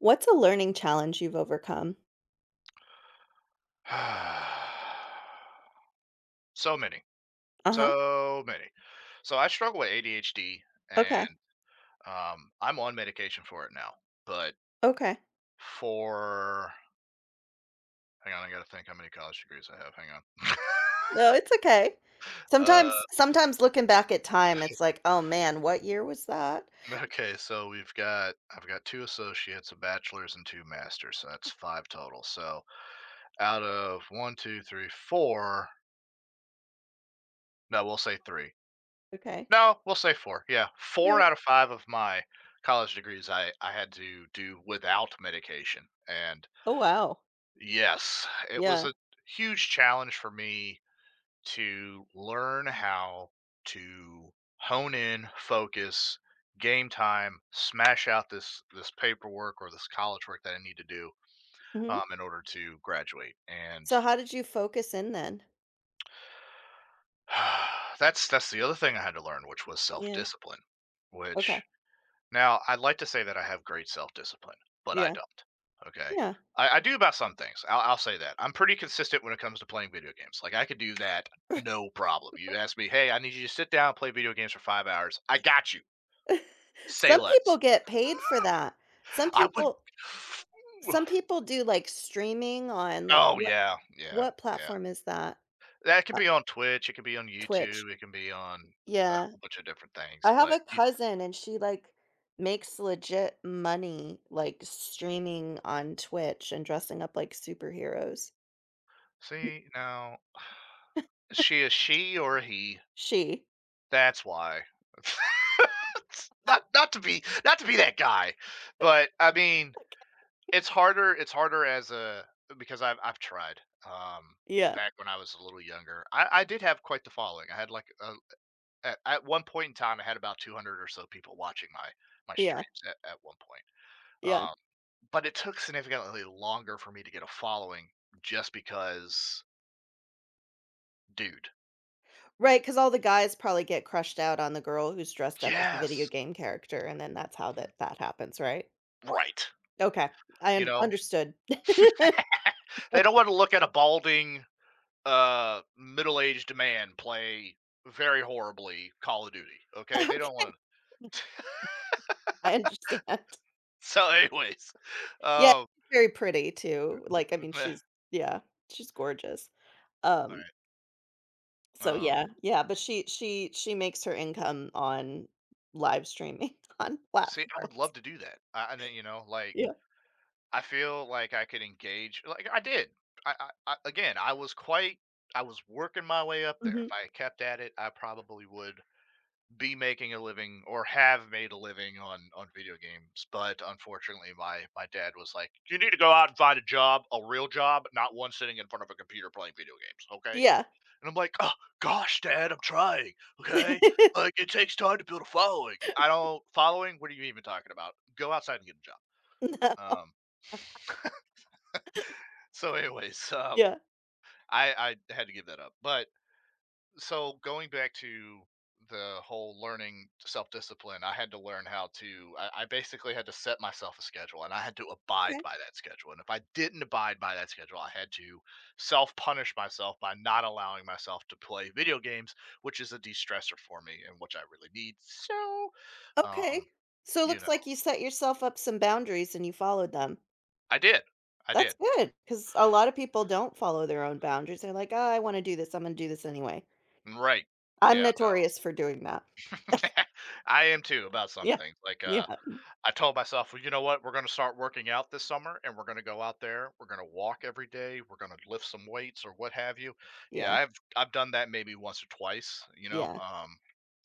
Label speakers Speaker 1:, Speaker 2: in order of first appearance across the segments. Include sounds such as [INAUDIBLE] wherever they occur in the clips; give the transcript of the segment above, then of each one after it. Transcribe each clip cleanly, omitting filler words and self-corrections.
Speaker 1: What's a learning challenge you've overcome?
Speaker 2: [SIGHS] So many,
Speaker 1: Uh-huh.
Speaker 2: so many. So I struggle with ADHD, and
Speaker 1: Okay.
Speaker 2: I'm on medication for it now. But
Speaker 1: Okay.
Speaker 2: for hang on, I got to think how many college degrees I have. Hang on.
Speaker 1: No, it's okay.
Speaker 2: [LAUGHS] uh,
Speaker 1: Sometimes looking back at time, it's like, "Oh, man, what year was that?"
Speaker 2: okay, so we've got I've got two associates, a bachelor's, and two masters. So that's five total. So out of one, two, three, four. No, we'll say three.
Speaker 1: Okay.
Speaker 2: No, we'll say four. Yeah, four
Speaker 1: Right.
Speaker 2: out of five of my college degrees I had to do without medication, and
Speaker 1: Oh, wow.
Speaker 2: yes, it was
Speaker 1: Yeah.
Speaker 2: a huge challenge for me to learn how to hone in, focus, game time, smash out this paperwork or this college work that I need to do,
Speaker 1: Mhm.
Speaker 2: in order to graduate. And
Speaker 1: So how did you focus in then?
Speaker 2: [SIGHS] that's the other thing I had to learn, which was
Speaker 1: Yeah.
Speaker 2: self-discipline,
Speaker 1: Okay.
Speaker 2: which now, I'd like to say that I have great self-discipline, but I
Speaker 1: Yeah.
Speaker 2: don't, okay?
Speaker 1: Yeah.
Speaker 2: I do about some things, I'll say that. I'm pretty consistent when it comes to playing video games, like, I could do that, no problem. You ask me, "Hey, I need you to sit down, and play video games for 5 hours." I got you. Say
Speaker 1: Some
Speaker 2: less.
Speaker 1: people get paid for that. Some
Speaker 2: I would
Speaker 1: people some
Speaker 2: [SIGHS]
Speaker 1: people do, like, streaming on, like,
Speaker 2: Oh,
Speaker 1: what
Speaker 2: yeah, yeah,
Speaker 1: what
Speaker 2: yeah.
Speaker 1: platform is that?
Speaker 2: That could
Speaker 1: Uh,
Speaker 2: be on Twitch, it could be on
Speaker 1: Twitch.
Speaker 2: YouTube, it can be on a
Speaker 1: Yeah.
Speaker 2: whole bunch of different things,
Speaker 1: I have
Speaker 2: but
Speaker 1: a
Speaker 2: you
Speaker 1: cousin and she, like, makes legit money, like, streaming on Twitch and dressing up like superheroes.
Speaker 2: see, now, is she a she or a he?
Speaker 1: She
Speaker 2: That's why. [LAUGHS] Not to be that guy, but I mean, it's harder. It's harder as a because I've tried. Um,
Speaker 1: Yeah,
Speaker 2: Back when I was a little younger, I did have quite the following. I had like a, at one point in time, I had about 200 or so people watching my
Speaker 1: yeah,
Speaker 2: streams at one point.
Speaker 1: yeah.
Speaker 2: Um, but it took significantly longer for me to get a following, just because, dude.
Speaker 1: Right. Because all the guys probably get crushed out on the girl who's dressed up as the video
Speaker 2: Yes,
Speaker 1: game character, and then that's how that happens, right?
Speaker 2: right.
Speaker 1: Okay, I
Speaker 2: You
Speaker 1: under
Speaker 2: know,
Speaker 1: understood. [LAUGHS]
Speaker 2: [LAUGHS] they don't want to look at a balding middle-aged man play very horribly Call of Duty. Okay, they don't
Speaker 1: Okay,
Speaker 2: want to.
Speaker 1: I understand.
Speaker 2: [LAUGHS] So, anyways,
Speaker 1: Yeah,
Speaker 2: um,
Speaker 1: she's very pretty too, like, I mean,
Speaker 2: meh,
Speaker 1: she's yeah, she's gorgeous.
Speaker 2: all
Speaker 1: Um So
Speaker 2: right.
Speaker 1: yeah, yeah, but she makes her income on live streaming [LAUGHS] on
Speaker 2: See, I would love
Speaker 1: platforms.
Speaker 2: to do that. And then, you know, like,
Speaker 1: Yeah.
Speaker 2: I feel like I could engage. Like I did. I again, I was quite. I was working my way up there. If
Speaker 1: Mhm.
Speaker 2: I had kept at it, I probably would be making a living or have made a living on video games, but unfortunately my dad was like, you need to go out and find a job, a real job, not one sitting in front of a computer playing video games, okay?
Speaker 1: Yeah.
Speaker 2: And I'm like, oh gosh, Dad, I'm trying, okay?
Speaker 1: [LAUGHS]
Speaker 2: Like, it takes time to build a following. I don't following what are you even talking about? Go outside and get a
Speaker 1: No.
Speaker 2: job. So anyways, [LAUGHS]
Speaker 1: Yeah.
Speaker 2: I had to give that up, but so going back to the whole learning self-discipline, I had to learn how to I basically had to set myself a schedule, and I had to abide
Speaker 1: Okay.
Speaker 2: by that schedule, and if I didn't abide by that schedule, I had to self-punish myself by not allowing myself to play video games, which is a de-stressor for me, and which I really need. So um
Speaker 1: Okay. So it
Speaker 2: you know,
Speaker 1: looks like you set yourself up some boundaries and you followed them.
Speaker 2: I did. I
Speaker 1: That's
Speaker 2: did.
Speaker 1: good because a lot of people don't follow their own boundaries. They're like, "Oh, I wanna do this. I'm gonna do this anyway."
Speaker 2: Right.
Speaker 1: I'm
Speaker 2: Yeah, no.
Speaker 1: notorious for doing that.
Speaker 2: [LAUGHS] I am too about some
Speaker 1: Yeah.
Speaker 2: things, like
Speaker 1: Yeah.
Speaker 2: I told myself, well, you know what? We're going to start working out this summer, and we're going to go out there. We're going to walk every day. We're going to lift some weights or what have you. Yeah,
Speaker 1: Yeah.
Speaker 2: I've done that maybe once or twice, you know.
Speaker 1: Yeah.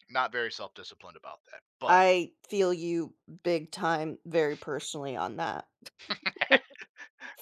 Speaker 2: Not very self-disciplined about that. But
Speaker 1: I feel you big time, very personally on that.
Speaker 2: [LAUGHS]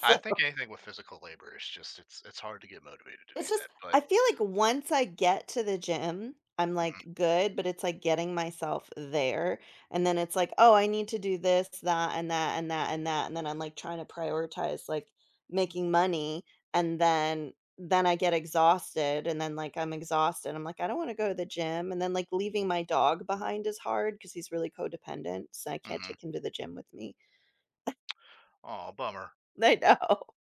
Speaker 2: I think anything with physical labor is just it's hard to get motivated to
Speaker 1: it's
Speaker 2: do
Speaker 1: just
Speaker 2: that. But
Speaker 1: I feel like once I get to the gym, I'm,
Speaker 2: mhm,
Speaker 1: like, good, but it's, like, getting myself there, and then it's like, "Oh, I need to do this, that, and that, and that, and that," and then I'm, like, trying to prioritize, like, making money, and then I get exhausted, and then, like, I'm exhausted, I'm like, "I don't wanna go to the gym," and then, like, leaving my dog behind is hard because he's really codependent, so I can't
Speaker 2: mhm.
Speaker 1: take him to the gym with me.
Speaker 2: Oh, bummer.
Speaker 1: [LAUGHS] I know. [LAUGHS]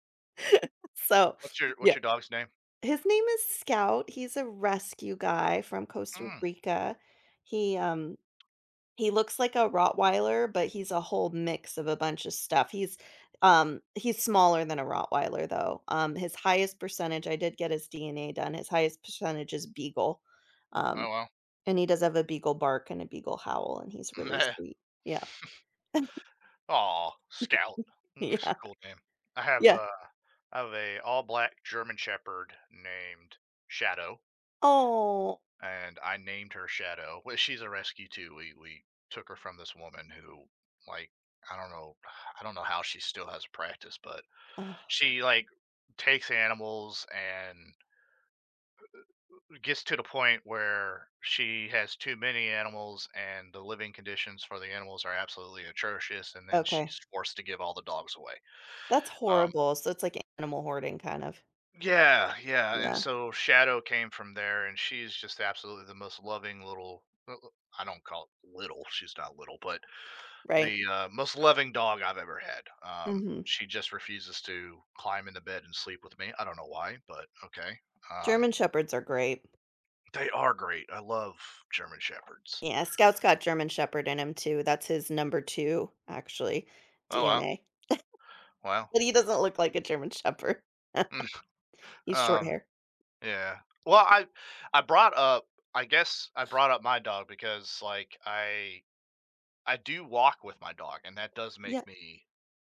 Speaker 1: So,
Speaker 2: What's
Speaker 1: yeah.
Speaker 2: your dog's name?
Speaker 1: His name is Scout, he's a rescue guy from Costa
Speaker 2: Mm,
Speaker 1: Rica. He, um he looks like a Rottweiler, but he's a whole mix of a bunch of stuff. He's smaller than a Rottweiler, though. His highest percentage I did get his DNA done, his highest percentage is beagle. Um,
Speaker 2: oh well.
Speaker 1: and he does have a beagle bark and a beagle howl, and he's really
Speaker 2: [LAUGHS]
Speaker 1: sweet. Yeah,
Speaker 2: Aw, Scout.
Speaker 1: [LAUGHS]
Speaker 2: Mm, that's a
Speaker 1: yeah,
Speaker 2: cool name. I have
Speaker 1: yeah.
Speaker 2: a I have a all black German Shepherd named Shadow,
Speaker 1: Oh,
Speaker 2: and I named her Shadow. Well, she's a rescue too. We took her from this woman who, like, I don't know, I don't know how she still has a practice, but
Speaker 1: ugh,
Speaker 2: she like takes animals and gets to the point where she has too many animals, and the living conditions for the animals are absolutely atrocious, and then
Speaker 1: okay.
Speaker 2: she's forced to give all the dogs away.
Speaker 1: That's
Speaker 2: Um,
Speaker 1: horrible, so it's like animal hoarding kind of.
Speaker 2: Yeah, yeah, and
Speaker 1: Yeah,
Speaker 2: so Shadow came from there, and she's just absolutely the most loving little, I don't call it little. She's not little, but
Speaker 1: right.
Speaker 2: the most loving dog I've ever had.
Speaker 1: Mhm.
Speaker 2: She just refuses to climb into bed and sleep with me. I don't know why, but okay. Um,
Speaker 1: German Shepherds are great.
Speaker 2: they are great. I love German shepherds.
Speaker 1: Yeah, Scout's got German Shepherd in him too, that's his number 2, actually,
Speaker 2: Oh wow,
Speaker 1: DNA,
Speaker 2: wow.
Speaker 1: but he doesn't look like a German [LAUGHS] Shepherd.
Speaker 2: [LAUGHS]
Speaker 1: He's short
Speaker 2: Um,
Speaker 1: hair.
Speaker 2: yeah. Well, I brought up. I guess I brought up my dog, because like I do walk with my dog, and that does
Speaker 1: Yeah,
Speaker 2: make me,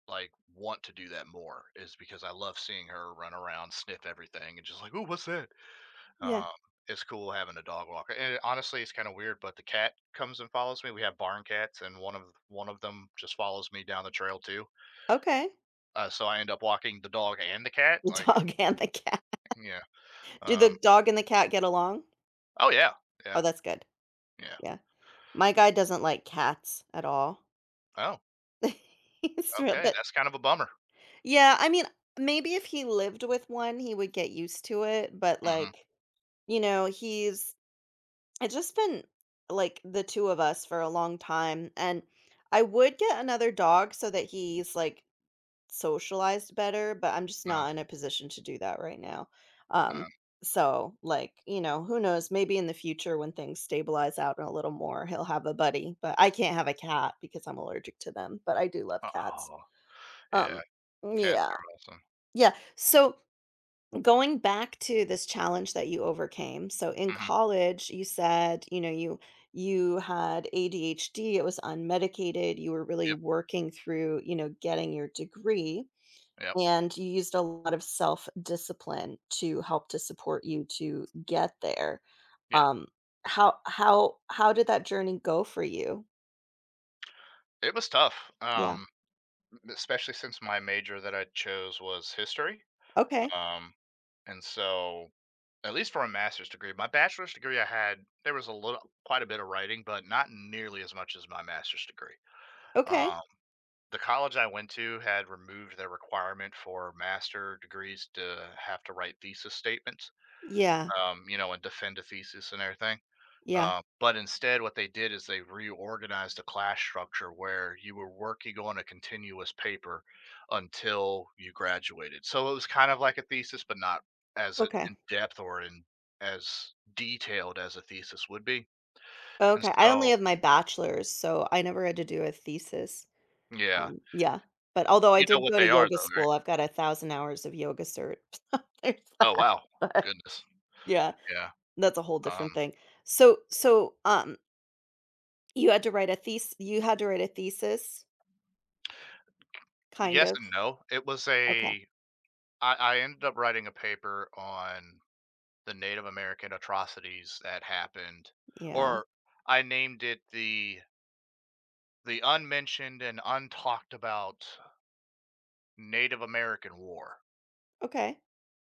Speaker 2: like, want to do that more, is because I love seeing her run around, sniff everything, and just like, "Ooh, what's that?"
Speaker 1: yeah,
Speaker 2: Um, it's cool having a dog walker, and it honestly, it's kinda weird, but the cat comes and follows me. We have barn cats, and one of them just follows me down the trail too,
Speaker 1: okay.
Speaker 2: so I end up walking the dog and the cat,
Speaker 1: The
Speaker 2: like,
Speaker 1: dog [LAUGHS] and the cat.
Speaker 2: yeah.
Speaker 1: Do the
Speaker 2: um
Speaker 1: dog and the cat get along?
Speaker 2: oh, yeah,
Speaker 1: Oh,
Speaker 2: yeah,
Speaker 1: that's good,
Speaker 2: yeah,
Speaker 1: yeah. My
Speaker 2: yeah.
Speaker 1: guy doesn't like cats at all.
Speaker 2: Oh,
Speaker 1: [LAUGHS] He's real
Speaker 2: okay,
Speaker 1: but
Speaker 2: that's kind of a bummer.
Speaker 1: yeah, I mean, maybe if he lived with one, he would get used to it, but,
Speaker 2: Mhm,
Speaker 1: like, you know, he's it's just been like the two of us for a long time and I would get another dog so that he's like socialized better, but I'm just
Speaker 2: uh-huh,
Speaker 1: not in a position to do that right now. Um
Speaker 2: uh-huh.
Speaker 1: so like, you know, who knows, maybe in the future when things stabilize out a little more, he'll have a buddy, but I can't have a cat because I'm allergic to them, but I do love cats.
Speaker 2: Oh, yeah,
Speaker 1: Um
Speaker 2: cats
Speaker 1: yeah.
Speaker 2: are awesome.
Speaker 1: Yeah. So going back to this challenge that you overcame. So in
Speaker 2: Mhm,
Speaker 1: college, you said, you know, you had ADHD, it was unmedicated, you were really
Speaker 2: yep.
Speaker 1: working through, you know, getting your degree,
Speaker 2: Yep.
Speaker 1: and you used a lot of self-discipline to help to support you to get there.
Speaker 2: Yeah.
Speaker 1: Um, how did that journey go for you?
Speaker 2: It was tough,
Speaker 1: Yeah.
Speaker 2: especially since my major that I chose was history,
Speaker 1: Okay.
Speaker 2: um, and so at least for a master's degree, my bachelor's degree I had, there was a little quite a bit of writing, but not nearly as much as my master's degree.
Speaker 1: Okay.
Speaker 2: Um, the college I went to had removed their requirement for master degrees to have to write thesis statements,
Speaker 1: Yeah.
Speaker 2: you know, and defend a thesis and everything.
Speaker 1: Yeah.
Speaker 2: But instead, what they did is they reorganized the class structure where you were working on a continuous paper until you graduated. So it was kind of like a thesis, but not as in
Speaker 1: Okay.
Speaker 2: depth or in as detailed as a thesis would be. And
Speaker 1: Okay. I only
Speaker 2: so,
Speaker 1: have my bachelor's, so I never had to do a thesis.
Speaker 2: yeah,
Speaker 1: Yeah, but although I
Speaker 2: you know
Speaker 1: did
Speaker 2: what
Speaker 1: go to
Speaker 2: they are,
Speaker 1: yoga
Speaker 2: though, right?
Speaker 1: school, I've got 1,000 hours of yoga cert. [LAUGHS] there's
Speaker 2: Oh
Speaker 1: that,
Speaker 2: wow,
Speaker 1: but
Speaker 2: goodness,
Speaker 1: yeah,
Speaker 2: yeah.
Speaker 1: that's a whole
Speaker 2: Um,
Speaker 1: different thing. So so, you had to write a thesis. You had to write a thesis? Kind
Speaker 2: yes
Speaker 1: of?
Speaker 2: and no. It was
Speaker 1: Okay.
Speaker 2: a I ended up writing a paper on the Native American atrocities that happened,
Speaker 1: Yeah,
Speaker 2: or I named it the unmentioned and untalked about Native American War,
Speaker 1: okay.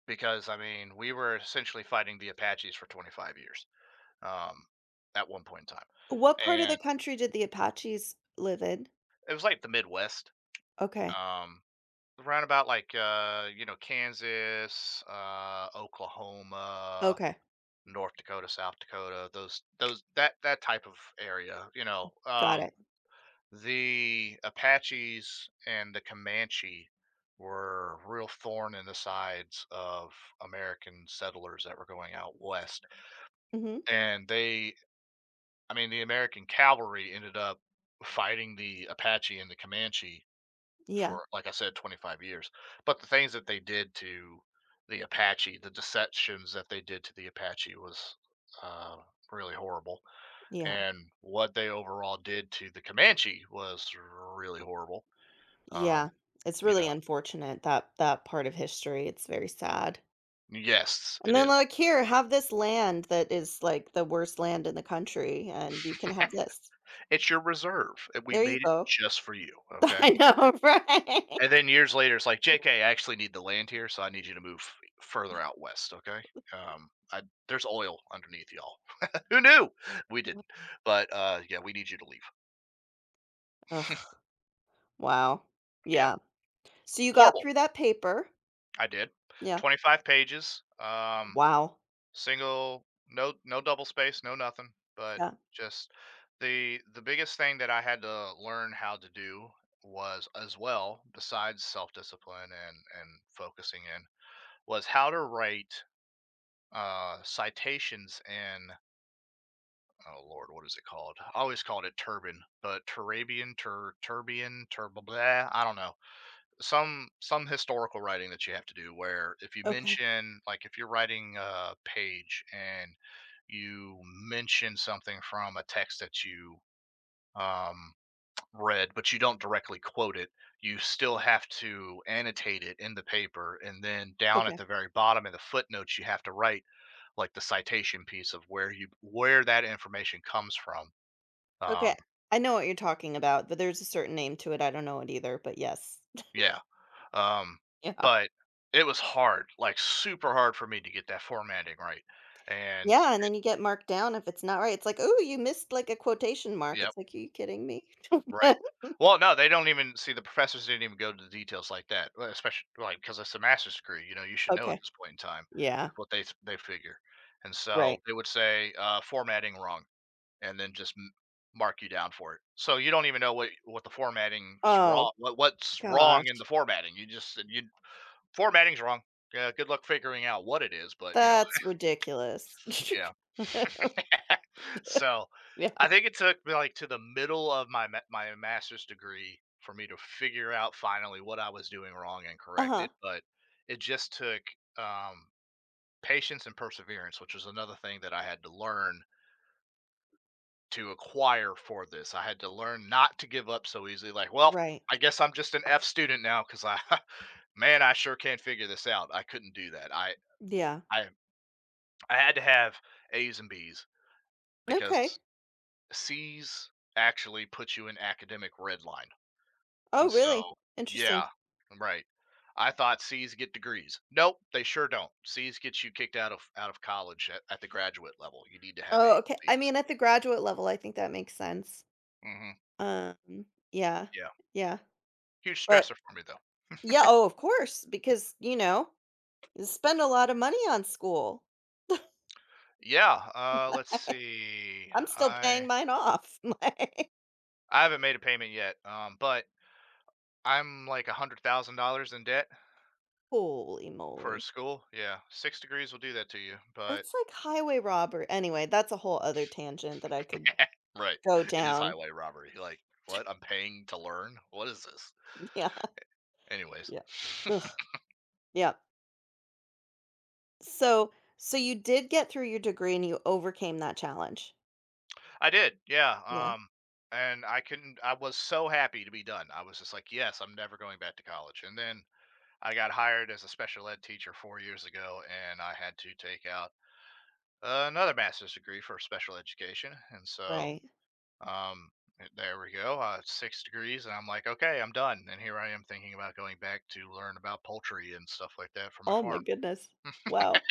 Speaker 2: because I mean, we were essentially fighting the Apaches for 25 years, um, at one point in time.
Speaker 1: What part of the
Speaker 2: And
Speaker 1: country did the Apaches live in?
Speaker 2: it was like the Midwest,
Speaker 1: Okay.
Speaker 2: um, around about like you know, Kansas, Oklahoma,
Speaker 1: Okay,
Speaker 2: North Dakota, South Dakota, those that type of area, you know.
Speaker 1: got it.
Speaker 2: The Apaches and the Comanche were real thorn in the sides of American settlers that were going out west.
Speaker 1: Mhm.
Speaker 2: And they, I mean, the American cavalry ended up fighting the Apache and the Comanche
Speaker 1: Yeah,
Speaker 2: for, like I said, 25 years. But the things that they did to the Apache, the deceptions that they did to the Apache was uh, really horrible.
Speaker 1: yeah,
Speaker 2: And what they overall did to the Comanche was really horrible. Um,
Speaker 1: yeah. It's
Speaker 2: you
Speaker 1: really
Speaker 2: know,
Speaker 1: unfortunate that that part of history, it's very sad.
Speaker 2: yes,
Speaker 1: And
Speaker 2: it
Speaker 1: then
Speaker 2: is.
Speaker 1: like, "Here, have this land that is, like, the worst land in the country, and you can have this."
Speaker 2: It's your reserve, and we
Speaker 1: There you
Speaker 2: made it
Speaker 1: go.
Speaker 2: just for you,
Speaker 1: [LAUGHS]
Speaker 2: okay?
Speaker 1: I know, right?
Speaker 2: And then years later, it's like, "JK, I actually need the land here, so I need you to move further out west, okay? I There's oil underneath y'all." [LAUGHS] Who knew? We didn't. But, yeah, we need you to leave.
Speaker 1: Ugh, wow.
Speaker 2: Yeah.
Speaker 1: Yeah. So you got
Speaker 2: Horrible.
Speaker 1: through that paper.
Speaker 2: I did.
Speaker 1: Yeah.
Speaker 2: 25 pages,
Speaker 1: Wow.
Speaker 2: single, no double space, no nothing, but
Speaker 1: Yeah.
Speaker 2: just the biggest thing that I had to learn how to do was, as well, besides self-discipline and focusing in, was how to write citations in oh lord, what is it called? I always called it turban, but Turabian, tur turbian, turb blah, I don't know, some historical writing that you have to do, where if you
Speaker 1: Okay.
Speaker 2: mention like if you're writing a page and you mention something from a text that you um, read, but you don't directly quote it, you still have to annotate it in the paper, and then down at
Speaker 1: Okay.
Speaker 2: the very bottom in the footnotes, you have to write like the citation piece of where that information comes from, um,
Speaker 1: Okay. I know what you're talking about, but there's a certain name to it, I don't know it either, but yes. [LAUGHS]
Speaker 2: yeah. Um,
Speaker 1: Yeah.
Speaker 2: but it was hard, like, super hard for me to get that formatting right, and
Speaker 1: Yeah, and then you get marked down if it's not right. It's like, oh, you missed, like, a quotation mark."
Speaker 2: yep,
Speaker 1: It's like, "Are you kidding me?" [LAUGHS]
Speaker 2: right. Well, no, they don't even see the professors didn't even go to the details like that, well, especially, like, because it's a master's degree, you know, you should know at
Speaker 1: Okay.
Speaker 2: this point in time,
Speaker 1: Yeah,
Speaker 2: that's what they figure, and so
Speaker 1: right.
Speaker 2: they would say, "Formatting wrong," and then just m mark you down for it. So you don't even know what the formatting's
Speaker 1: Oh
Speaker 2: wrong, what what's wrong
Speaker 1: god.
Speaker 2: in the formatting, you just you, "Formatting's wrong." Yeah, good luck figuring out what it is, but, you know,
Speaker 1: That's ridiculous.
Speaker 2: [LAUGHS] yeah.
Speaker 1: [LAUGHS]
Speaker 2: [LAUGHS] So,
Speaker 1: Yeah.
Speaker 2: I think it took me, like, to the middle of my ma my master's degree for me to figure out finally what I was doing wrong and correct
Speaker 1: Uh-huh.
Speaker 2: it, but it just took, um, patience and perseverance, which was another thing that I had to learn to acquire for this. I had to learn not to give up so easily, like, "Well,
Speaker 1: Right.
Speaker 2: I guess I'm just an F student now because I [LAUGHS] man, I sure can't figure this out." I couldn't do that.
Speaker 1: Yeah.
Speaker 2: I I had to have A's and B's, because
Speaker 1: Okay.
Speaker 2: C's actually put you in academic red line, and
Speaker 1: Oh, really?
Speaker 2: so
Speaker 1: Interesting.
Speaker 2: yeah, right. I thought C's get degrees. Nope, they sure don't. C's get you kicked out of college at the graduate level. You need to have
Speaker 1: Oh,
Speaker 2: A's
Speaker 1: okay.
Speaker 2: and
Speaker 1: I
Speaker 2: B's.
Speaker 1: mean, at the graduate level, I think that makes sense.
Speaker 2: Hmm.
Speaker 1: Um, yeah.
Speaker 2: Yeah,
Speaker 1: Yeah.
Speaker 2: huge
Speaker 1: But
Speaker 2: stressor for me though.
Speaker 1: yeah, oh, of course, because, you know, you spend a lot of money on school.
Speaker 2: Yeah, let's
Speaker 1: [LAUGHS]
Speaker 2: see.
Speaker 1: I'm still paying
Speaker 2: I
Speaker 1: mine off. [LAUGHS] Like,
Speaker 2: I haven't made a payment yet, but I'm like $100,000 in debt
Speaker 1: holy
Speaker 2: for a
Speaker 1: moly.
Speaker 2: school. Yeah, six degrees will do that to you, but
Speaker 1: It's like highway robbery. Anyway, that's a whole other tangent that I could
Speaker 2: [LAUGHS] right.
Speaker 1: go
Speaker 2: It is
Speaker 1: down.
Speaker 2: highway robbery. Like, what? I'm paying to learn? What is this?
Speaker 1: [LAUGHS] Yeah.
Speaker 2: Anyways.
Speaker 1: Yeah. Ugh.
Speaker 2: [LAUGHS]
Speaker 1: Yeah. So so you did get through your degree and you overcame that challenge?
Speaker 2: I did, yeah.
Speaker 1: Yeah,
Speaker 2: And I couldn't I was so happy to be done. I was just like, yes, I'm never going back to college. And then I got hired as a special ed teacher 4 years ago, and I had to take out another master's degree for special education. And so
Speaker 1: right.
Speaker 2: um there we go. Six degrees, and I'm like, okay, I'm done. And here I am thinking about going back to learn about poultry and stuff like that for my
Speaker 1: Oh my
Speaker 2: farm.
Speaker 1: goodness. Wow.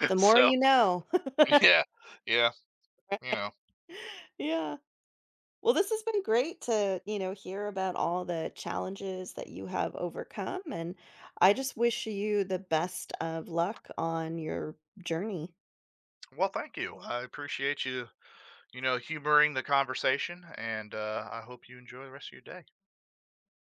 Speaker 2: [LAUGHS]
Speaker 1: The more
Speaker 2: So
Speaker 1: you know. [LAUGHS]
Speaker 2: [LAUGHS] yeah, yeah, you know.
Speaker 1: Yeah. Well, this has been great to, you know, hear about all the challenges that you have overcome, and I just wish you the best of luck on your journey.
Speaker 2: Well, thank you. I appreciate you, you know, humoring the conversation, and I hope you enjoy the rest of your day.